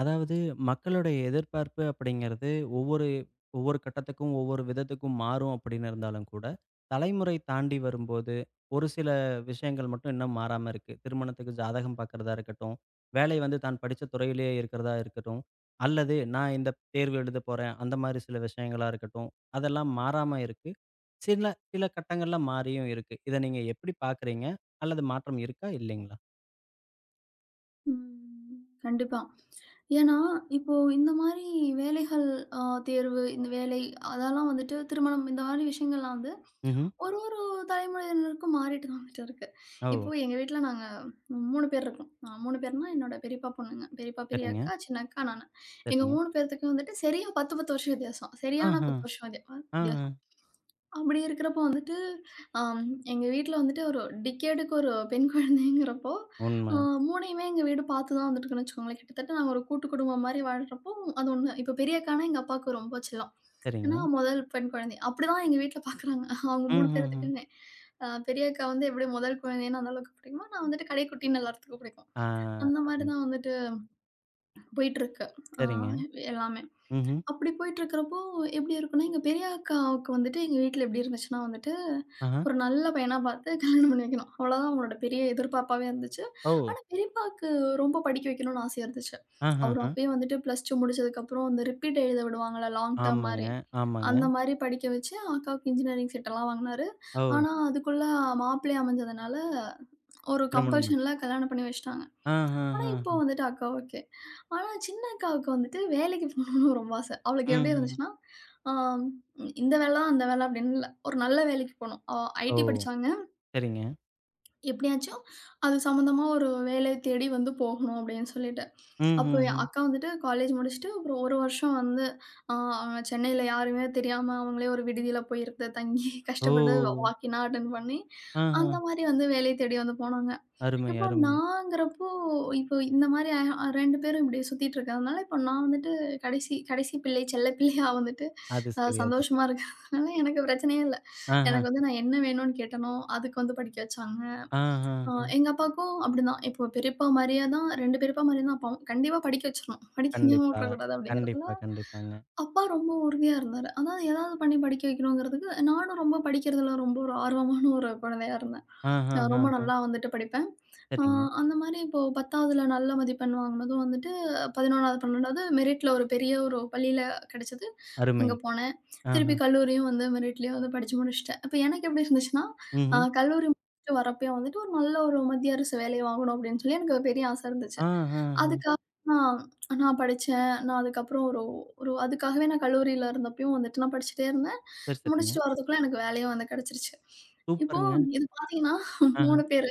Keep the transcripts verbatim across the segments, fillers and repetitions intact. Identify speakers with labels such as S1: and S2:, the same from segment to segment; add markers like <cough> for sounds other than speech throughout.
S1: அதாவது, மக்களுடைய எதிர்பார்ப்பு அப்படிங்கிறது ஒவ்வொரு ஒவ்வொரு கட்டத்துக்கும் ஒவ்வொரு விதத்துக்கும் மாறும் அப்படின்னு இருந்தாலும் கூட, தலைமுறை தாண்டி வரும்போது ஒரு சில விஷயங்கள் மட்டும் இன்னும் மாறாம இருக்கு. திருமணத்துக்கு ஜாதகம் பார்க்கிறதா இருக்கட்டும், வேலை வந்து தான் படிச்ச துறையிலேயே இருக்கிறதா இருக்கட்டும், அல்லது நான் இந்த தேர்வு எழுதப் போறேன் அந்த மாதிரி சில விஷயங்களா இருக்கட்டும், அதெல்லாம் மாறாம இருக்கு. சில சில கட்டங்கள்ல மாறியும் இருக்கு. இத நீங்க எப்படி பார்க்குறீங்க? அல்லது மாற்றம் இருக்கா? இல்லைங்களா?
S2: ம். கண்டிப்பா. ஏன்னா, இப்போ இந்த மாரி வேலைகள் அ தேர்வு, இந்த வேலை அதெல்லாம் வந்துட்டு திருமணம் இந்த மாரி விஷயங்கள்லாம் வந்து
S1: ம்ஹ்ம்.
S2: ஒரு ஒரு தலைமுறையினருக்கும் மாறிட்டு தான் வந்துட்டு இருக்கு. இப்போ
S1: ஓ!
S2: எங்க வீட்ல நாங்க மூணு பேர் இருக்கோம். அ மூணு பேர்னா என்னோட பெரியப்பா பொண்ணுங்க. பெரியப்பா, பெரிய
S1: சரிங்க,
S2: அக்கா, சின்ன அக்கா, நானு. எங்க
S1: சரிங்க.
S2: மூணு பேத்துக்கும் வந்துட்டு சரியா பத்து, பத்து வருஷம் வித்தியாசம்.
S1: ஆஹ.
S2: சரியான 10 வருஷம்
S1: ஆ.
S2: வித்தியா அப்படி இருக்கிறப்போ வந்துட்டு, அம் எங்க வீட்ல வந்துட்டு ஒரு டிகேடுக்கு ஒரு பெண் குழந்தைங்கிறப்போ, அ
S1: உண்மை.
S2: 3யுமே எங்க வீடு பார்த்து தான் வந்துட்டுருக்குன்னு வச்சுக்கோங்களேன். கிட்டத்தட்ட நாங்க ஒரு கூட்டு குடும்பம் மாரி வாழ்றப்போ, அது ஒண்ணு. இப்போ பெரிய அக்கான்னா எங்க அப்பாவுக்கு ரொம்ப செல்லம்.
S1: சரிங்க.
S2: ஏன்னா, முதல் பெண் குழந்தை. அப்படிதான் எங்க வீட்ல பார்க்குறாங்க. அவங்க மூணு
S1: ம்ஹ்ஹ்ம்.
S2: பேர்த்துக்குமே. அ பெரிய அக்கா வந்து எப்படி முதல் குழந்தைன்னு அந்த அளவுக்கு பிடிக்குமோ, நான் வந்துட்டு கடைக்குட்டின்னு எல்லாத்துக்கும் பிடிக்கும்.
S1: ஆ,
S2: அந்த மாரி
S1: அருமை.
S2: தான் வந்துட்டு போயிட்டுருக்கு. அ
S1: சரிங்க.
S2: எல்லாமே.
S1: ம்ஹ்ம்.
S2: அப்படி போயிட்டுருக்கிறப்போ, எப்படி இருக்கும்னா, எங்க பெரிய அக்காவுக்கு வந்துட்டு எங்க வீட்ல எப்படி இருந்துச்சுன்னா வந்துட்டு,
S1: ஆஹா.
S2: ஒரு நல்ல பையனா பார்த்து கல்யாணம் பண்ணி வைக்கணும். அவ்வளோதான் அவங்களோட பெரிய எதிர்பார்ப்பாவே இருந்துச்சு.
S1: ஓ!
S2: ஆனா பெரியப்பாக்கு ரொம்ப படிக்க வைக்கணும்னு ஆசையா இருந்துச்சு. அவரு
S1: ஆஹஹ.
S2: அப்பயே வந்துட்டு பிளஸ் டூ முடிச்சதுக்கப்புறம் அந்த ரிப்பீட் எழுத விடுவாங்கல்ல லாங் டேர்ம்
S1: ஆமாங்க,
S2: மாரி. அந்த
S1: ஆமாங்க.
S2: மாரி படிக்க வச்சு அக்காவுக்கு இன்ஜினியரிங் சீட்டெல்லாம் வாங்குனாரு.
S1: ஓ!
S2: ஆனா அதுக்குள்ள மாப்பிள்ளை அமைஞ்சதுனால, ஒரு
S1: திருமணம் பண்
S2: கம்பல்ஷன்ல கல்யாணம் பண்ணி வச்சுட்டாங்க. ஆனா இப்போ
S1: ஆஹஹ.
S2: வந்துட்டு அக்காவுக்கு ஆனா, சின்ன அக்காவுக்கு வந்துட்டு வேலைக்கு போகணும்னு ரொம்ப ஆசை. அவளுக்கு எப்படி
S1: ம்ஹ்ஹ்ம்.
S2: இருந்துச்சுன்னா, ஆம் இந்த வேல தான், அந்த வேல அப்படின்னு இல்ல. ஒரு நல்ல வேலைக்கு போணும். அவ
S1: ஓ!
S2: ஐடி படிச்சாங்க.
S1: சரிங்க.
S2: எப்படியாச்சும் அது சம்மந்தமா ஒரு வேலை தேடி வந்து போகணும் அப்படின்னு சொல்லிட்டு. அப்போ
S1: ம்ஹ்ஹ்ம்.
S2: என் அக்கா வந்துட்டு காலேஜ் முடிச்சுட்டு அப்புறம் ஒரு வருஷம் வந்து அ அவங்க சென்னையில யாருமே தெரியாம அவங்களே ஒரு விடுதியில போய் இருந்து தங்கி கஷ்டப்பட்டு
S1: ஓ!
S2: வாக்கினா அட்டெண்ட் பண்ணி
S1: ஆஹ.
S2: அந்த மாரி வந்து வேலை தேடி வந்து போனாங்க.
S1: அருமை,
S2: இப்போ
S1: அருமை.
S2: நாங்கிறப்போ, இப்போ இந்த மாரி அ ரெண்டு பேரும் இப்படி சுத்திட்டு இருக்கிறதுனால, இப்போ நான் வந்துட்டு கடைசி கடைசி பிள்ளை, செல்ல பிள்ளையா வந்துட்டு
S1: அது
S2: அ
S1: சரி, அது
S2: சந்தோஷமா
S1: சரி.
S2: இருக்கிறதுனால எனக்கு பிரச்சனையே இல்ல.
S1: ஆஹ.
S2: எனக்கு வந்து நான் என்ன வேணும்னு கேட்டேனோ, அதுக்கு வந்து படிக்க வச்சாங்க. அ
S1: ஆஹஹ.
S2: எங்க அப்பாவுக்கும் அப்படிதான். இப்போ பெரியப்பா மாரியே தான் ரெண்டு பெரியப்பா மாரியே தான் அப்பாவும். கண்டிப்பா படிக்க வச்சுரணும். படிக்க வைக்காம
S1: கண்டிப்பா,
S2: விட்டுறக்கூடாது அப்படிங்கிறதுல,
S1: கண்டிப்பா, கண்டிப்பாங்க.
S2: அப்பா ரொம்ப உறுதியா இருந்தாரு. அதான் ஏதாவது பண்ணி படிக்க வைக்கணுங்கிறதுக்கு, நானும் ரொம்ப படிக்கிறதுல ரொம்ப ஒரு ஆர்வமான ஒரு குழந்தையா இருந்தேன். அ ரொம்ப
S1: ஆஹஹஹ.
S2: நல்லா வந்துட்டு படிப்பேன். ஆ
S1: சரிங்க.
S2: அந்த மாரி இப்போ பத்தாவதுல நல்ல மதிப்பெண் வாங்குனதும் வந்துட்டு பதினொன்றாவது, பன்னிரண்டாவது மெரிட்ல ஒரு பெரிய ஒரு பள்ளியில கெடச்சது.
S1: அருமை.
S2: அங்க போனேன். திருப்பி
S1: ஆஹ.
S2: கல்லூரியும் வந்து மெரிட்லயே வந்து படிச்சு முடிச்சுட்டேன். அப்ப எனக்கு எப்படி இருந்துச்சுன்னா, அ
S1: ம்ஹ்ம்.
S2: கல்லூரி முடிச்சுட்டு வரப்பயே வந்துட்டு ஒரு நல்ல ஒரு மத்திய அரசு வேலை வாங்கணும் அப்படின்னு சொல்லி எனக்கு பெரிய ஆசை இருந்துச்சு.
S1: ஆஹஹ.
S2: அதுக்காக நான் நான் படிச்சேன். நான் அதுக்கப்புறம் ஒரு ஒரு அதுக்காகவே நான் கல்லூரியில இருந்தப்பயும் வந்துட்டு நான் படிச்சுட்டே இருந்தேன்.
S1: சரி, சரிங்க.
S2: முடிச்சுட்டு வரதுக்குள்ள எனக்கு வேலையும் வந்து கெடச்சிருச்சு. இப்போ
S1: சூப்பருங்க.
S2: இது பார்த்தீங்கன்னா
S1: ஆஹ.
S2: மூணு பேரு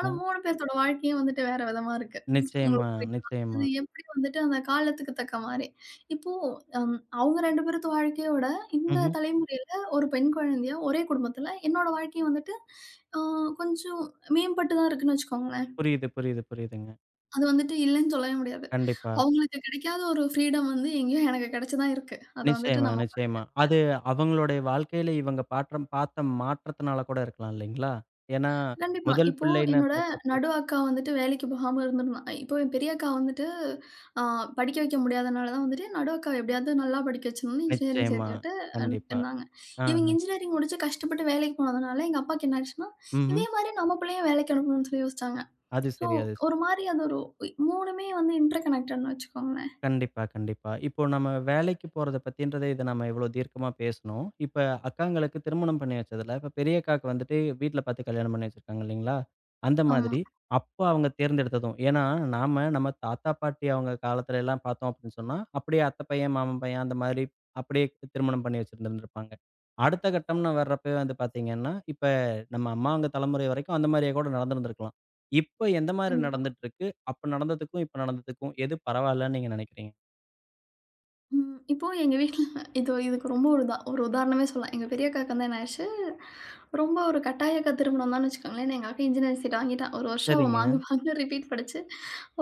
S1: அ.
S2: மூணு பேத்தோட வாழ்க்கையும் வந்துட்டு வேற விதமா இருக்கு.
S1: நிச்சயமா,
S2: உங்களுக்கு புரியுதா?
S1: நிச்சயமா.
S2: அது எப்படி வந்துட்டு அந்த காலத்துக்கு தக்க மாரி. இப்போ அம் அவங்க ரெண்டு பேரத்து வாழ்க்கையோட இந்த
S1: ம்ஹ்ம்.
S2: தலைமுறையில ஒரு பெண் குழந்தையா ஒரே குடும்பத்துல என்னோட வாழ்க்கை வந்துட்டு அ கொஞ்சம் மேம்பட்டு தான் இருக்குன்னு வச்சுக்கோங்களேன்.
S1: புரியுது, புரியுது, புரியுதுங்க.
S2: அது வந்துட்டு இல்லன்னு சொல்லவே முடியாது.
S1: கண்டிப்பா.
S2: அவங்களுக்கு கிடைக்காத ஒரு ஃப்ரீடம் வந்து எங்கேயோ எனக்கு கிடைச்சு தான் இருக்கு. அத வந்துட்டு
S1: நிச்சயமா,
S2: நம்ம
S1: நிச்சயமா. அது அவங்களுடைய வாழ்க்கையில இவங்க பாற்றம் பார்த்த மாற்றத்தினால கூட இருக்கலாம் இல்லைங்களா? ஏன்னா,
S2: கண்டிப்பா.
S1: முதல்
S2: இப்போ
S1: பிள்ளைன்னு
S2: என்னோட
S1: பார்க்குறப்போ
S2: நடு அக்கா வந்துட்டு வேலைக்கு போகாம இருந்திருந்தா. இப்போ என் பெரிய அக்கா வந்துட்டு அ படிக்க வைக்க முடியாதனால தான் வந்துட்டு நடு அக்காவ எப்படியாவது நல்லா படிக்க வச்சிடணும்னு இன்ஜினியரிங்
S1: நிச்சயமா.
S2: சேர்த்து விட்டு அன்
S1: கண்டிப்பா.
S2: இருந்தாங்க. இவங்க
S1: ஆஹ.
S2: இன்ஜினியரிங் முடிச்சு கஷ்டப்பட்டு வேலைக்கு போனதுனால, எங்க அப்பாக்கு என்ன ஆயிருச்சுன்னா,
S1: ம்ஹ்ம்.
S2: இதே மாரி நம்ம பிள்ளையும் வேலைக்கு அனுப்பணும்னு சொல்லி யோசிச்சாங்க.
S1: அது
S2: ஸோ
S1: சரி, அது சரி.
S2: ஒரு மாரி அது ஒரு 3மே வந்து இன்டர் கனெக்டட்ன்னு வச்சுக்கோங்களேன்.
S1: கண்டிப்பா, கண்டிப்பா. இப்போ நம்ம வேலைக்கு போறத பத்தின்றத இத நம்ம இவ்ளோ தீர்க்கமா பேசுனோம். இப்ப அக்காங்களுக்கு திருமணம் பண்ணி வச்சதுல, இப்ப பெரிய அக்காக்கு வந்துட்டு வீட்ல பாத்து கல்யாணம் பண்ணி வச்சிருக்காங்க இல்லைங்களா? அந்த
S2: ஆமா.
S1: மாதிரி, அப்ப அவங்க தேர்ந்தெடுத்ததும். ஏன்னா, நாம நம்ம தாத்தா, பாட்டி அவங்க காலத்துல எல்லாம் பாத்தோம் அப்படின்னு சொன்னா, அப்படியே அத்தை பையன், மாமன் பையன் அந்த மாதிரி அப்படியே திருமணம் பண்ணி வச்சிருந்திருந்திருப்பாங்க. அடுத்த கட்டம்னு வர்றப்பவே வந்து பாத்தீங்கன்னா, இப்ப நம்ம அம்மாங்க தலைமுறை வரைக்கும் அந்த மாதிரியே கூட நடந்திருந்திருக்கலாம். இப்ப எந்த மாதிரி
S2: கண்டிப்பா.
S1: நடந்துட்டுருக்கு? அப்ப நடந்ததுக்கும், இப்ப நடந்ததுக்கும் எது பரவாயில்லன்னு நீங்க நினைக்கிறீங்க?
S2: ம். இப்போ எங்க வீட்ல <laughs> இது இதுக்கு ரொம்ப ஒரு உதா ஒரு உதாரணமே சொல்லலாம். எங்க பெரிய அக்காவுக்கு வந்து என்ன ஆயிருச்சு, ரொம்ப ஒரு கட்டாயக்கா திருமணம் தான்னு வச்சுக்கோங்களேன். எங்க அக்கா இன்ஜினியரிங் சீட் வாங்கிட்டா. ஒரு வருஷம் அவ
S1: சரிங்க.
S2: மாங்கு மாங்கு ரிப்பீட் படிச்சு,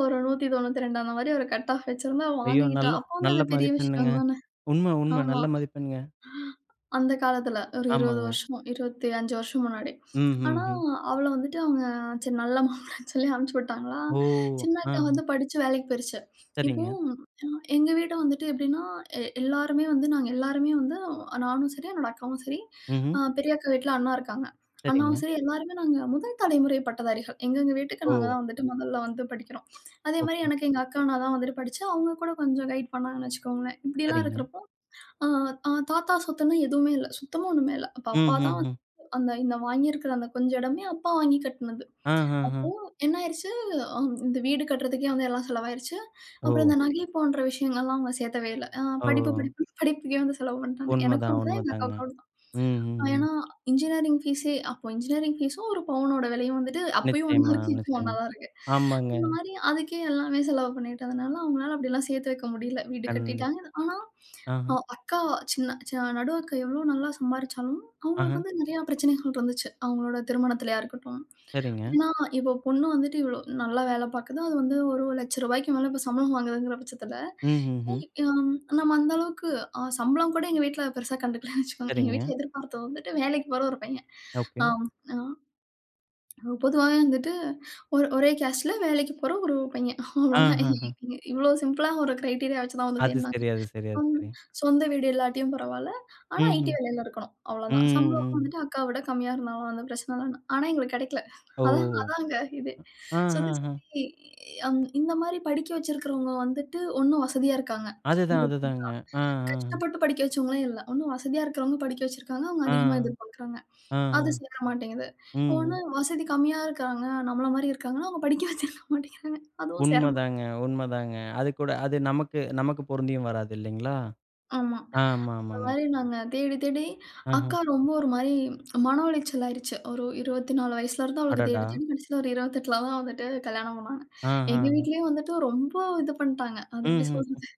S2: ஒரு நூற்றி தொண்ணூற்றி இரண்டு அந்த மாரி ஒரு கட் ஆஃப் வச்சிருந்தா, அவ
S1: ஐயோ!
S2: வாங்கிட்டா.
S1: நல்ல
S2: அப்போ வந்து
S1: நல்ல
S2: அது பெரிய
S1: மதிப்பெண்ணுங்க.
S2: விஷயம் தானே!
S1: உண்ம, உண்ம.
S2: ஆமா.
S1: நல்ல மதிப்பெண்ங்க.
S2: அந்த காலத்துல ஒரு இருபது
S1: ஆமாங்க.
S2: வருஷம், இருபத்தி ஐந்து வருஷம் முன்னாடி.
S1: ம், ம்,
S2: ஆனா,
S1: ம்.
S2: அவள வந்துட்டு அவங்க சரி நல்ல மாப்பிள்ளைன்னு சொல்லி அனுப்பிச்சு விட்டாங்களா,
S1: ஓ!
S2: சின்ன
S1: ஆ,
S2: அக்கா வந்து படிச்சு வேலைக்கு போயிருச்சு. இப்போ
S1: சரிங்க.
S2: அஹ் எங்க வீடு வந்துட்டு எப்படின்னா, எ எல்லாருமே வந்து நாங்க எல்லாருமே வந்து நானும் சரி, என்னோட அக்காவும் சரி,
S1: ம்ஹ்ம்.
S2: அ பெரிய அக்கா வீட்ல அண்ணா இருக்காங்க.
S1: சரிங்க.
S2: அண்ணாவும் சரி எல்லாருமே நாங்க முதல் தலைமுறை பட்டதாரிகள். எங்கெங்க வீட்டுக்கு
S1: ஓ!
S2: நாங்க தான் வந்துட்டு முதல்ல வந்து படிக்கிறோம். அதேமாரி
S1: ஓகே.
S2: எனக்கு எங்க அக்கா, அண்ணா தான் வந்துட்டு படிச்சு, அவங்க கூட கொஞ்சம் கைட் பண்ணாங்கன்னு வச்சுக்கோங்களேன். இப்படிலாம்
S1: சரிங்க.
S2: இருக்கிறப்போ ஆ, ஆ தாத்தா சொத்துன்னா எதுவுமே இல்ல. சுத்தமா ஒண்ணுமே இல்ல. அப்ப
S1: ம்,
S2: அப்பா தான்
S1: ம்,
S2: வந்து
S1: ம்.
S2: அந்த இந்த வாங்கியிருக்கிற அந்த கொஞ்ச இடமே அப்பா வாங்கி கட்டுனது.
S1: ஆ, ஆ, ஆ.
S2: அப்போ என்ன ஆயிருச்சு, அம் இந்த வீடு கட்டுறதுக்கே வந்து எல்லாம் செலவாயிருச்சு.
S1: ஓ!
S2: அப்புறம் இந்த நகை போன்ற விஷயங்கள்லாம் அவங்க சேர்த்தவே இல்ல. அ
S1: ஓ!
S2: படிப்பு படிப்புன்னு <laughs> படிப்புக்கே வந்து செலவு பண்ணிட்டாங்க. எனக்கும்
S1: உண்மதான்,
S2: அப்படிதான், எங்க
S1: உண்மதாங்க.
S2: அக்காவுக்கும் அப்படிதான்.
S1: ம், ம்,
S2: அ
S1: ம்.
S2: ஏன்னா இன்ஜினியரிங் ஃபீஸே அப்போ இன்ஜினியரிங் ஃபீஸும் ஒரு பவுனோட விலையும் வந்துட்டு அப்பயும் ஒண்ணா
S1: நிச்சயமா,
S2: இருக்கு, இப்பயும் ஒண்ணா
S1: நிச்சயமா.
S2: தான் இருக்கு.
S1: ஆமாங்க.
S2: இந்த மாரி அதுக்கே எல்லாமே செலவு பண்ணிட்டதுனால, அவங்களால அப்படிலாம் சேர்த்து வைக்க முடியல. வீடு
S1: கண்டிப்பா.
S2: கட்டிட்டாங்க. ஆனா,
S1: ஆஹ,
S2: அ அக்கா சின்ன ச நடு அக்கா எவ்வளோ நல்லா சம்பாரிச்சாலும், அவங்களுக்கு
S1: ஆஹ.
S2: வந்து நெறையா பிரச்சனைகள் இருந்துச்சு. அவங்களோட திருமணத்திலயா இருக்கட்டும்
S1: சரிங்க.
S2: ஏன்னா, இப்போ பொண்ணு வந்துட்டு இவ்ளோ நல்லா வேலை பாக்குது. அது வந்து ஒரு ரூ. ஒரு லட்சத்துக்கு மேல இப்ப சம்பளம் வாங்குதுங்கிற பட்சத்துல,
S1: ம், ம்,
S2: ஏ
S1: ம்.
S2: அம் நம்ம அந்த அளவுக்கு அ சம்பளம் கூட எங்க வீட்ல பெருசா கண்டுக்கலன்னு வச்சுக்கோங்க. எங்க
S1: சரிங்க.
S2: வீட்ல எதிர்பார்த்தது வந்துட்டு வேலைக்கு போற ஒரு பையன்.
S1: ஓகே.
S2: ஆம் அ பொதுவாவே வந்துட்டு ஒரு ஒரே கேஸ்ட்ல வேலைக்கு போற ஒரு பையன்.
S1: ஆ,
S2: அவ்வளோதான். இ
S1: ஆ, ஆ.
S2: இவ்ளோ சிம்பிளா ஒரு கிரைட்டீரியா வச்சு தான் வந்து
S1: அது
S2: தேடுனாங்க.
S1: சரி, அது சரி, அது
S2: சொந்
S1: சரி.
S2: சொந்த வீடு இல்லாட்டியும் பரவால்ல. ஆனா ஐடி
S1: ம்ஹ்ம்.
S2: வேலையில இருக்கணும். அவ்வளோதான்.
S1: ம்,
S2: சம்பளமும்
S1: ம்.
S2: வந்துட்டு அக்காவ விட கம்மியா இருந்தாலும் அந்த பிரச்சனை தான. ஆனா எங்களுக்கு கிடைக்கல.
S1: ஓ!
S2: அதான் அதாங்க இது. சுத்தி
S1: ஆஹஹ.
S2: சுத்தி அம் இந்த மாரி படிக்க வச்சிருக்கிறவங்க வந்துட்டு ஒண்ணும் வசதியா இருக்காங்க.
S1: அதுதான்,
S2: உம்,
S1: அதுதாங்க. ஆ, ஆ,
S2: கஷ்டப்பட்டு படிக்க வச்சவங்களே இல்ல. ஒண்ணும் வசதியா இருக்கிறவங்க படிக்க வச்சிருக்காங்க. அவங்க
S1: ஆ,
S2: அதிகமா எதிர்பார்க்குறாங்க.
S1: ஆ,
S2: அது
S1: ஆ.
S2: சேர மாட்டேங்குது. ஒண்ணு
S1: ம்.
S2: வசதி கம்மியா இருக்காங்க. நம்மள மாரி இருக்காங்கன்னா, அவங்க படிக்க வச்சிருக்க மாட்டேங்கிறாங்க. அதுவும் சேர மாட்டேங்குது.
S1: உண்மதாங்க, உண்மதாங்க. அது கூட அது நமக்கு நமக்கு பொருந்தியும் வராது இல்லைங்களா?
S2: ஆமா.
S1: ஆமா,
S2: இந்த
S1: ஆமாங்க.
S2: மாரி நாங்க தேடி தேடி
S1: ஆஹ.
S2: அக்கா ரொம்ப ஒரு மாரி மன உளைச்சல் ஆயிருச்சு. ஒரு இருபத்தி நாலு வயசுல இருந்து அவளுக்கு
S1: அடடா!
S2: தேடி தேடி கடைசில ஒரு இருபத்தி எட்டுல தான் வந்துட்டு கல்யாணம் பண்ணாங்க. எங்க
S1: ஆஹஹ.
S2: வீட்லயும் வந்துட்டு ரொம்ப இது பண்ணிட்டாங்க. அது எப்படி
S1: ம்ஹ்ம்.
S2: சொல்றது?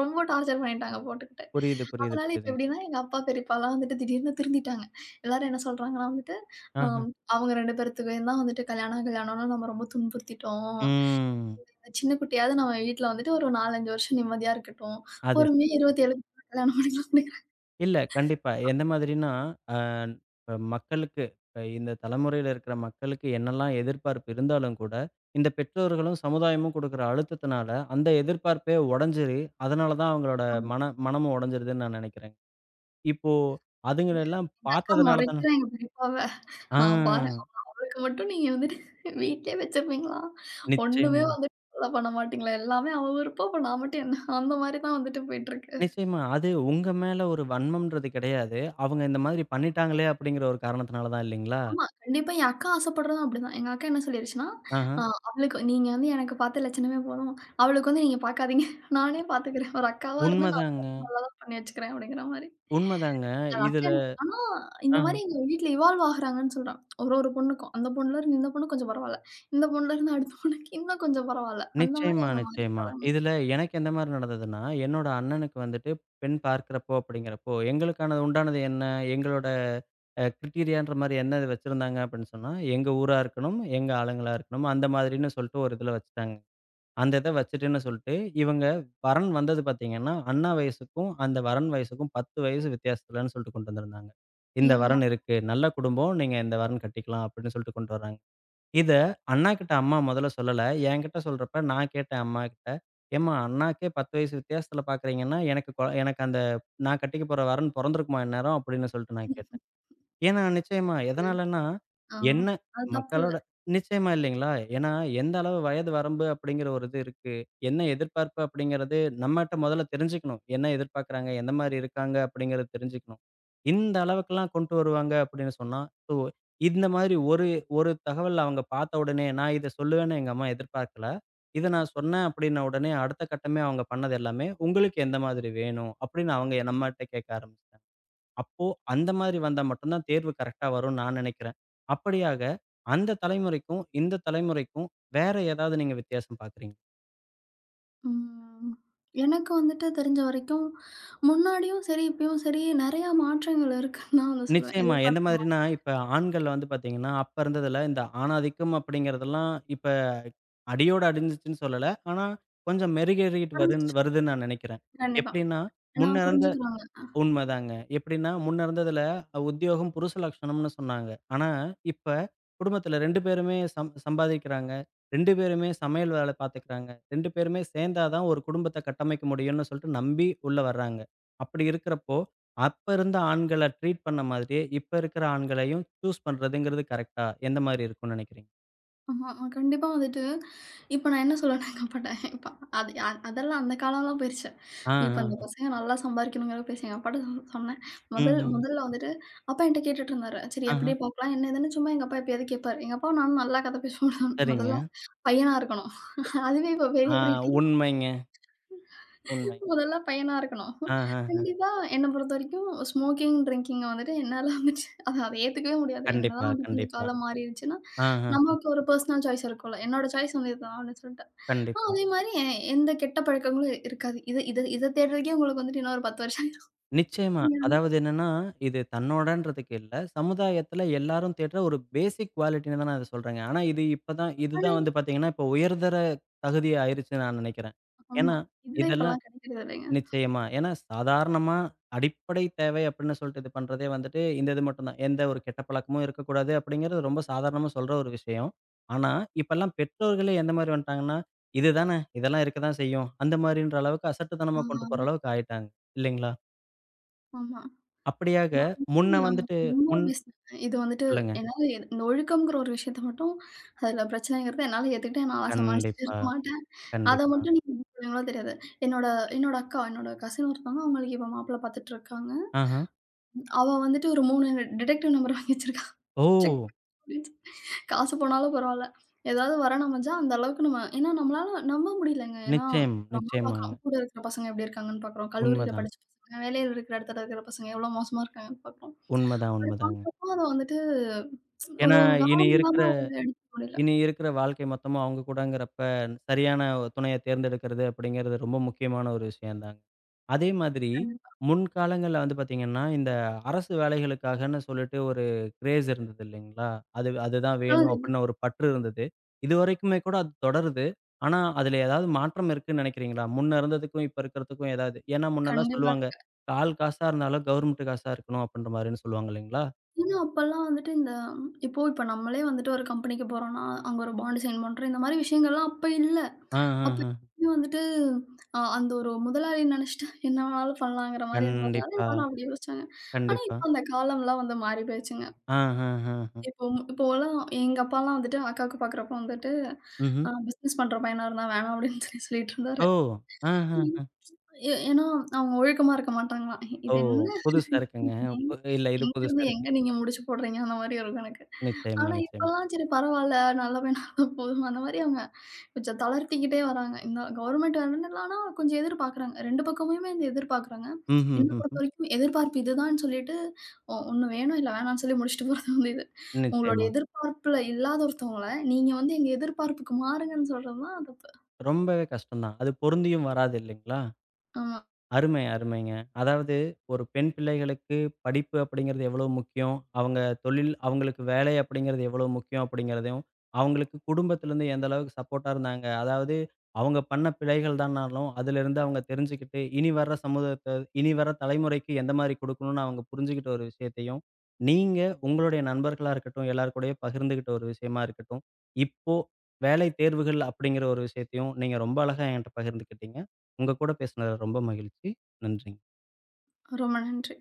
S2: ரொம்ப டார்ச்சர் பண்ணிட்டாங்க போட்டுக்கிட்டு.
S1: புரியுது, புரியுது,
S2: அதனால இப்ப
S1: புரியுதுங்க.
S2: எப்படின்னா எங்க அப்பா, பெரியப்பாலாம் வந்துட்டு திடீர்னு திருந்திட்டாங்க. எல்லாரும் என்ன சொல்றாங்கன்னா வந்துட்டு,
S1: ஆஹ.
S2: அம் அவங்க ரெண்டு பேர்த்துக்கும் தான் வந்துட்டு கல்யாணம் கல்யாணம்னு நம்ம ரொம்ப துன்புறுத்திட்டோம்.
S1: ம்.
S2: அந்த சின்ன குட்டியாவது நம்ம வீட்ல வந்துட்டு ஒரு நான்கு, அஞ்சு வருஷம் நிம்மதியா இருக்கட்டும்.
S1: அது
S2: பொறுமையா
S1: சரி.
S2: இருபத்தி ஏழுக்கு கல்யாணம் பண்ணிக்கலாம் அப்படிங்கிறாங்க.
S1: இல்ல. கண்டிப்பா. எந்த மாதிரின்னா, அ இப்ப மக்களுக்கு இப்ப இந்த தலைமுறையில இருக்கிற மக்களுக்கு என்னெல்லாம் எதிர்பார்ப்பு இருந்தாலும் கூட, இந்த பெற்றோர்களும், சமுதாயமும் குடுக்குற அழுத்தத்தினால, அந்த எதிர்பார்ப்பே உடைஞ்சிரு. அதனால தான் அவங்களோட மன மனமும் உடைஞ்சிருதுன்னு நான் நெனைக்கிறேன். இப்போ அதுங்கள எல்லாம்
S2: எங்க அக்கா
S1: பார்த்ததுனால தான
S2: மொறைக்கிறாங்க பெரியப்பாவ. ஆ பாரு
S1: ஆ
S2: அவளுக்கு மட்டும் நீங்க வந்துட்டு வீட்லயே வச்சிருப்பீங்களா? ஒண்ணுமே
S1: நிச்சயமா,
S2: வந்துட்டு ஃபாலோ பண்ண மாட்டீங்களா? எல்லாமே அவ விருப்பம். அப்ப நான் மட்டும் என்ன? அந்த மாரி தான் வந்துட்டு போயிட்டுருக்கு.
S1: நிச்சயமா. அது உங்க மேல ஒரு வன்மம்ன்றது கிடையாது. அவங்க இந்த மாதிரி பண்ணிட்டாங்களே அப்படிங்கிற ஒரு காரணத்தினால தான் இல்லைங்களா?
S2: ஆமா. கண்டிப்பா என் அக்கா ஆசைப்படுறதும் அப்படிதான். எங்க அக்கா என்ன சொல்லிருச்சுன்னா,
S1: ஆஹ.
S2: அ அவளுக்கு நீங்க வந்து எனக்கு பார்த்த லட்சணமே போதும். அவளுக்கு வந்து நீங்க பார்க்காதீங்க. <laughs> நானே பார்த்துக்கிறேன். ஒரு அக்காவா இருந்து நான்
S1: உண்மதாங்க,
S2: பார்த்து நல்லா தான் பண்ணி வச்சுக்கிறேன் அப்படிங்கிற மாரி.
S1: உண்மதாங்க.
S2: அது அக்கா
S1: இதுல
S2: எனக்கு ஆனா இந்த மாரி எங்க வீட்ல இவால்வ் ஆகுறாங்கன்னு சொல்றான். ஒரு ஒரு பொண்ணுக்கும். அந்த பொண்ணுலருந்து இந்த பொண்ணு கொஞ்சம் பரவால்ல. இந்த பொண்ணுலருந்து அடுத்த பொண்ணுக்கு இன்னும் கொஞ்சம் பரவால்ல. அந்த மாரி
S1: நிச்சயமா,
S2: அவங்க மாறிட்டு
S1: நிச்சயமா.
S2: வராங்க.
S1: இதுல எனக்கு எந்த மாரி நடந்ததுன்னா, என்னோட அண்ணனுக்கு வந்துட்டு பெண் பார்க்கிறப்போ அப்படிங்கிறப்போ, எங்களுக்கானது உண்டானது என்ன? எங்களோட அ கிரிட்டீரியான்ற மாரி என்ன இது வச்சிருந்தாங்க அப்படின்னு சொன்னா, எங்க ஊரா இருக்கணும், எங்க ஆளுங்களா இருக்கணும், அந்த மாதிரின்னு சொல்லிட்டு ஒரு இதுல வச்சுட்டாங்க. அந்த இத வச்சுட்டுன்னு சொல்லிட்டு, இவங்க வரன் வந்தது பார்த்தீங்கன்னா, அண்ணா வயசுக்கும், அந்த வரன் வயசுக்கும் பத்து வயசு வித்தியாசத்துலன்னு சொல்லிட்டு கொண்டு வந்திருந்தாங்க. இந்த
S2: ஏம்மா!
S1: வரன் இருக்கு. நல்ல குடும்பம். நீங்க இந்த வரன் கட்டிக்கலாம் அப்படின்னு சொல்லிட்டு கொண்டு வராங்க. இத அண்ணாகிட்ட அம்மா மொதல்ல சொல்லல. என்கிட்ட சொல்றப்ப நான் கேட்டேன் அம்மாகிட்ட. "ஏம்மா அண்ணாக்கே பத்து வயசு வித்தியாசத்தில பார்க்குறீங்கன்னா, எனக்கு கொ எனக்கு அந்த நான் கட்டிக்க போற வரன் பொறந்திருக்குமா இந்நேரம்?" அப்படின்னு சொல்லிட்டு நான் கேட்டேன். ஏன்னா நிச்சயமா.
S2: சரி.
S1: எதனாலன்னா,
S2: ஆ.
S1: என்ன
S2: அது தப்புல்ல.
S1: மக்களோட நிச்சயமா இல்லைங்களா? ஏன்னா, எந்த அளவு வயது வரம்பு அப்படிங்கிற ஒரு இது இருக்கு. என்ன எதிர்பார்ப்பு அப்படிங்கிறது நம்மட்ட மொதல்ல தெரிஞ்சுக்கணும். என்ன எதிர்பார்க்குறாங்க? எந்த மாரி இருக்காங்க? அப்படிங்கிறத தெரிஞ்சுக்கணும். இந்த அளவுக்கெல்லாம் கொண்டு வருவாங்க அப்படின்னு சொன்னா, ஸோ இந்த மாதிரி ஒரு ஒரு தகவல் அவங்க பார்த்த உடனே, நான் இத சொல்லுவேன்னு எங்க அம்மா எதிர்பார்க்கல. இத நான் சொன்னேன் அப்படின்ன உடனே, அடுத்த கட்டமே அவங்க பண்ணது எல்லாமே, "உங்களுக்கு எந்த மாதிரி வேணும்?" அப்படின்னு அவங்க நம்மட்ட கேட்க ஆரம்பிச்சு அப்போ அந்த மாரி வந்தா மட்டும் தான் தேர்வு கரெக்ட்டா வரும்னு நான் நினைக்கிறேன். அப்படியாக அந்த தலைமுறைக்கும், இந்த தலைமுறைக்கும் வேற ஏதாவது நீங்க வித்தியாசம் பார்க்குறீங்க?
S2: ம். எனக்கு வந்துட்டு தெரிஞ்ச வரைக்கும், முன்னாடியும் சரி, இப்பயும் சரி நெறைய மாற்றங்கள் இருக்குன்னு தான் வந்து சொல்லுவேன்.
S1: நிச்சயமா. எந்த
S2: எதிர்பார்ப்பு மா
S1: மாதிரின்னா, இப்ப ஆண்கள் வந்து பார்த்தீங்கன்னா, அப்ப இருந்ததுல இந்த ஆணாதிக்கம் அப்படிங்கிறதெல்லாம் இப்ப அடியோட அழிஞ்சிச்சுன்னு சொல்லல. ஆனா, கொஞ்சம் மெருகேறிட்டு வருன்
S2: குறைஞ்சிருச்சு.
S1: வருதுன்னு நான் நினைக்கிறேன்.
S2: கண்டிப்பா.
S1: எப்படின்னா,
S2: ஏன்னா
S1: முன்ன இருந்த
S2: புரிஞ்சுக்கிறாங்க.
S1: உண்மதாங்க. எப்படின்னா, முன்ன இருந்ததுல அஹ், உத்தியோகம் புருஷ லட்சணம்னு சொன்னாங்க. ஆனா, இப்ப குடும்பத்துல ரெண்டு பேருமே சம் சம்பாதிக்கிறாங்க. ரெண்டு பேருமே சமையல் வேலை பார்த்துக்கிறாங்க. ரெண்டு பேருமே சேர்ந்தா தான் ஒரு குடும்பத்த கட்டமைக்க முடியும்னு சொல்லிட்டு நம்பி உள்ள வர்றாங்க. அப்படி இருக்கிறப்போ, அப்ப இருந்த ஆண்கள ட்ரீட் பண்ண மாதிரியே, இப்ப இருக்கிற ஆண்களையும் சூஸ் பண்றதுங்கிறது கரெக்ட்டா? எந்த மாரி இருக்கும்னு நினைக்கிறீங்க?
S2: ஆமா, ஆமா. கண்டிப்பா வந்துட்டு இப்ப நான் என்ன சொல்லுவேன்னா எங்கப்பாட்ட இப்ப அது அ அதெல்லாம் அந்த காலம்லாம் போயிருச்சு.
S1: ஆ,
S2: இப்ப
S1: ஆ.
S2: இந்த பசங்க நல்லா சம்பாரிக்கணுங்கிற பேசி எங்க அப்பாட்ட சொ சொன்னேன். முதல்
S1: ம்ஹ்ம்.
S2: முதல்ல வந்துட்டு அப்பா என்ட்ட கேட்டுட்டு இருந்தாரு. சரி
S1: ஆஹ.
S2: எப்படி பார்க்கலாம், என்ன ஏதுன்னு சும்மா எங்க அப்பா எப்பயாவது கேட்பாரு. எங்க அப்பாவும் நானும் நல்லா கதை பேசுவோம்.
S1: சரிங்க.
S2: முதல்ல பையனா இருக்கணும். அதுவே இப்ப
S1: ஆ
S2: பெரிய கிரேடி.
S1: உண்மைங்க, உண்மை.
S2: முதல்ல பையனா இருக்கணும்.
S1: ஆஹஹ.
S2: கண்டிப்பா என்ன பொறுத்தவரைக்கும் ஸ்மோக்கிங், ட்ரிங்கிங்க வந்துட்டு என்னால வந்துட்டு அத அத ஏத்துக்கவே முடியாது.
S1: கண்டிப்பா,
S2: என்னதான் வந்துட்டு இந்த
S1: கண்டிப்பா.
S2: காலம் மாறிருச்சுன்னா,
S1: ஆஹ.
S2: நமக்கு ஒரு பெர்சனல் சாய்ஸ் இருக்கும்ல. என்னோட சாய்ஸ் வந்து இதுதான் அப்படின்னு சொல்லிட்டு. ஆ
S1: கண்டிப்பா.
S2: அதே மாரி எ எந்த கெட்ட பழக்கங்களும் இருக்காது. இத இத இத தேடுறதுக்கே உங்களுக்கு வந்துட்டு இன்னும் ஒரு பத்து வருஷம் ஆயிரும்.
S1: நிச்சயமா. அதாவது என்னன்னா, இது தன்னோடன்றதுக்கு இல்ல. சமுதாயத்துல எல்லாரும் தேடுற ஒரு பேசிக் குவாலிட்டின்னு தான் நான் இத சொல்றேங்க. ஆனா இது இப்ப தான்
S2: ஆனா
S1: இதுதான் வந்து பாத்தீங்கன்னா, இப்ப உயர்தர தகுதி ஆயிருச்சுன்னு நான் நெனைக்கிறேன்.
S2: ஆமா.
S1: ஏன்னா,
S2: இதுவே
S1: இதெல்லாம்
S2: இப்பலாம் கிடைக்கிறது இல்லைங்க.
S1: நிச்சயமா. ஏன்னா சாதாரணமா அடிப்படை தேவை அப்படின்னு சொல்லிட்டு இது பண்றதே வந்துட்டு, இந்த இது மட்டும் தான். எந்த ஒரு கெட்ட பழக்கமும் இருக்கக்கூடாது அப்படிங்கிறது ரொம்ப சாதாரணமா சொல்ற ஒரு விஷயம். ஆனா, இப்பல்லாம் பெற்றோர்களே எந்த மாரி வந்துட்டாங்கன்னா, இதுதானே இதெல்லாம் இருக்க தான் செய்யும். அந்த மாரின்ற அளவுக்கு அசட்டுத்தனமா
S2: ஆமா,
S1: கொண்டு போற அளவுக்கு ஆயிட்டாங்க. இல்லைங்களா?
S2: ஆமா.
S1: அப்படியாக,
S2: நான் வந்து
S1: முன்ன
S2: நான்
S1: வந்துட்டு
S2: ரொம்ப
S1: முன்
S2: மிஸ் பண்ணேன். இது வந்துட்டு
S1: சொல்லுங்க.
S2: என்னால எ- இந்த ஒழுக்கம்ங்கிற ஒரு விஷயத்த மட்டும் அதில பிரச்சனைங்கிறத என்னால ஏத்துக்கிட்டேன். நான்லாம் சமாளிச்சுட்டு
S1: கண்டிப்பா,
S2: இருக்க மாட்டேன். அத
S1: கண்டிப்பா.
S2: மட்டும் நீங்க எப்படி சொல்லுவீங்களோ தெரியாது. என்னோட என்னோட அக்கா, என்னோட கசின் ஒருத்தவங்க அவங்களுக்கு இப்ப மாப்பிள்ளை பார்த்துட்டு இருக்காங்க.
S1: ஆஹா.
S2: அவ வந்துட்டு ஒரு மூணு டிடெக்டிவ் நம்பர் வாங்கி வச்சிருக்கா. செக்
S1: ஓ!
S2: அப்டின்னு காசு போனாலும் பரவால்ல. ஏதாவது வர நமஞ்சா அந்த அளவுக்கு நம்ம ஏன்னா நம்மளால நம்ப முடியலங்க. ஏன்னா
S1: நிச்சயம்,
S2: நம்ம
S1: நிச்சயமாங்க.
S2: பார்க்குறோம். கூட இருக்கிற பசங்க எப்படி இருக்காங்கன்னு பார்க்குறோம். கல்லூரியில
S1: உண்மதான்,
S2: படிச்ச பசங்க, வேலையில இருக்கிற இடத்துல இருக்கிற பசங்க எவ்வளோ மோசமா இருக்காங்கன்னு பார்க்குறோம்.
S1: உண்மதான்,
S2: அப்படி
S1: உண்மதாங்க.
S2: பார்க்குறப்போ அது வந்துட்டு
S1: ஏன்னா,
S2: ஒரு
S1: இனி
S2: கவனம்
S1: இருக்கிற
S2: இல்லாம அத எடுத்துக்க முடியல.
S1: இனி இருக்கிற வாழ்க்கை மொத்தமும் அவங்க கூடங்கிறப்ப, சரியான துணைய தேர்ந்தெடுக்கிறது அப்படிங்கிறது ரொம்ப முக்கியமான ஒரு விஷயம் தான். அதே மாதிரி,
S2: கண்டிப்பா.
S1: முன்காலங்கள்ல வந்து பார்த்தீங்கன்னா, இந்த அரசு வேலைகளுக்காகன்னு சொல்லிட்டு ஒரு கிரேஸ் இருந்தது இல்லைங்களா? அது அதுதான் வேணும்
S2: நல்லது இது.
S1: அப்படின்னு ஒரு பற்று இருந்தது. இதுவரைக்குமே கூட அது தொடருது. ஆனா, அதுல ஏதாவது மாற்றம் இருக்குன்னு நினைக்கிறீங்களா? முன்ன இருந்ததுக்கும், இப்ப இருக்கிறதுக்கும் ஏதாவது? ஏன்னா முன்னலாம்
S2: கண்டிப்பா
S1: சொல்லுவாங்க,
S2: இருக்கு.
S1: "கால் காசா இருந்தாலும் கவர்மெண்ட் காசா இருக்கணும்." அப்படின்ற மாரின்னு சொல்லுவாங்க இல்லைங்களா?
S2: ஏன்னா அப்பலாம் வந்துட்டு இந்த இப்போ இப்ப நம்மளே வந்துட்டு ஒரு கம்பெனிக்கு போறோம்னா, அங்க ஒரு பாண்ட் சைன் பண்றோம். இந்த மாரி விஷயங்கள்லாம் அப்ப இல்ல.
S1: ஆ, ஆ,
S2: அப்ப
S1: ஆ.
S2: எப்பயுமே வந்துட்டு அ அந்த ஒரு முதலாளி நெனச்சுட்டு என்ன வேணாலும் பண்ணலாங்கிற மாரி இருந்ததுனால
S1: கண்டிப்பா,
S2: எல்லாரும் அப்படி யோசிச்சாங்க. ஆனா
S1: கண்டிப்பா.
S2: இப்ப அந்த காலம்லாம் வந்து மாறி போயிருச்சுங்க.
S1: ஆ, ஆ, ஆ, ஆ.
S2: இப்போ இப்போலாம் எங்க அப்பாலாம் வந்துட்டு அக்காவுக்கு பார்க்குறப்போ வந்துட்டு,
S1: ம்ஹ்ம்.
S2: "அ பிசினஸ் பண்ற பையனா இருந்தா வேணாம்" அப்படின்னு சொல்லி சொல்லிட்டு இருந்தாரு.
S1: ஓ! ஆ, ஆ, ஆ.
S2: ஏ ஏன்னா, அவங்க ஒழுக்கமா இருக்க மாட்டாங்களாம்.
S1: ஓ!
S2: இது என்ன?
S1: புதுசா இருக்குங்க. பு
S2: <laughs>
S1: இல்ல இது புதுசா
S2: எங்கருந்து
S1: இருக்கு.
S2: எங்க நீங்க முடிச்சு போடுறீங்க? அந்த மாரி இருக்கும் எனக்கு.
S1: நிச்சயமா,
S2: ஆனா
S1: நிச்சயமா.
S2: இப்பலாம் சரி பரவால்ல. நல்லவே நடந்தா போதும். அந்த மாரி அவங்க கொஞ்சம் தளர்த்திக்கிட்டே வராங்க. இந்த கவர்மெண்ட் ஆனா கொஞ்சம் எதிர்பார்க்குறாங்க. ரெண்டு பக்கமுமே வந்து எதிர்பார்க்குறாங்க. என்ன பொறுத்த
S1: ம்ஹ்ஹ்ஹ்ம்.
S2: வரைக்கும் எதிர்பார்ப்பு இதுதான்னு சொல்லிட்டு, ஒ ஒண்ணு வேணும், இல்ல வேணான்னு சொல்லி முடிச்சுட்டு போறது வந்து இது. உங்களோட
S1: நிச்சயமா.
S2: எதிர்பார்ப்புல இல்லாத ஒருத்தவங்கள, நீங்க வந்து எங்க எதிர்பார்ப்புக்கு மாறுங்கன்னு சொல்றது தான் தப்பு.
S1: ரொம்பவே கஷ்டம் தான். அது பொருந்தியும் வராது இல்லைங்களா?
S2: ஆமா.
S1: அருமை, அருமைங்க. அதாவது, ஒரு பெண் பிள்ளைகளுக்கு படிப்பு அப்படிங்கிறது எவ்வளோ முக்கியம், அவங்க தொழில் அவங்களுக்கு வேலை அப்படிங்கிறது எவ்வளோ முக்கியம் அப்படிங்கிறதையும், அவங்களுக்கு குடும்பத்திலேருந்து எந்த அளவுக்கு சப்போர்ட்டா இருந்தாங்க. அதாவது, அவங்க பண்ண பிழைகள் தான்னாலும், அதிலிருந்து அவங்க தெரிஞ்சுக்கிட்டு, இனி வர்ற சமூகத்த இனி வர தலைமுறைக்கு எந்த மாரி குடுக்கணும்னு அவங்க புரிஞ்சுகிட்ட ஒரு விஷயத்தையும், நீங்க உங்களுடைய நண்பர்களா இருக்கட்டும், எல்லார் கூடயும் பகிர்ந்துகிட்ட ஒரு விஷயமா இருக்கட்டும், இப்போ வேலை தேர்வுகள் அப்படிங்கிற ஒரு விஷயத்தையும் நீங்க ரொம்ப அழகா என்கிட்ட பகிர்ந்துக்கிட்டீங்க. உங்க கூட பேசுனது ரொம்ப மகிழ்ச்சி. நன்றிங்க.
S2: ரொம்ப நன்றி.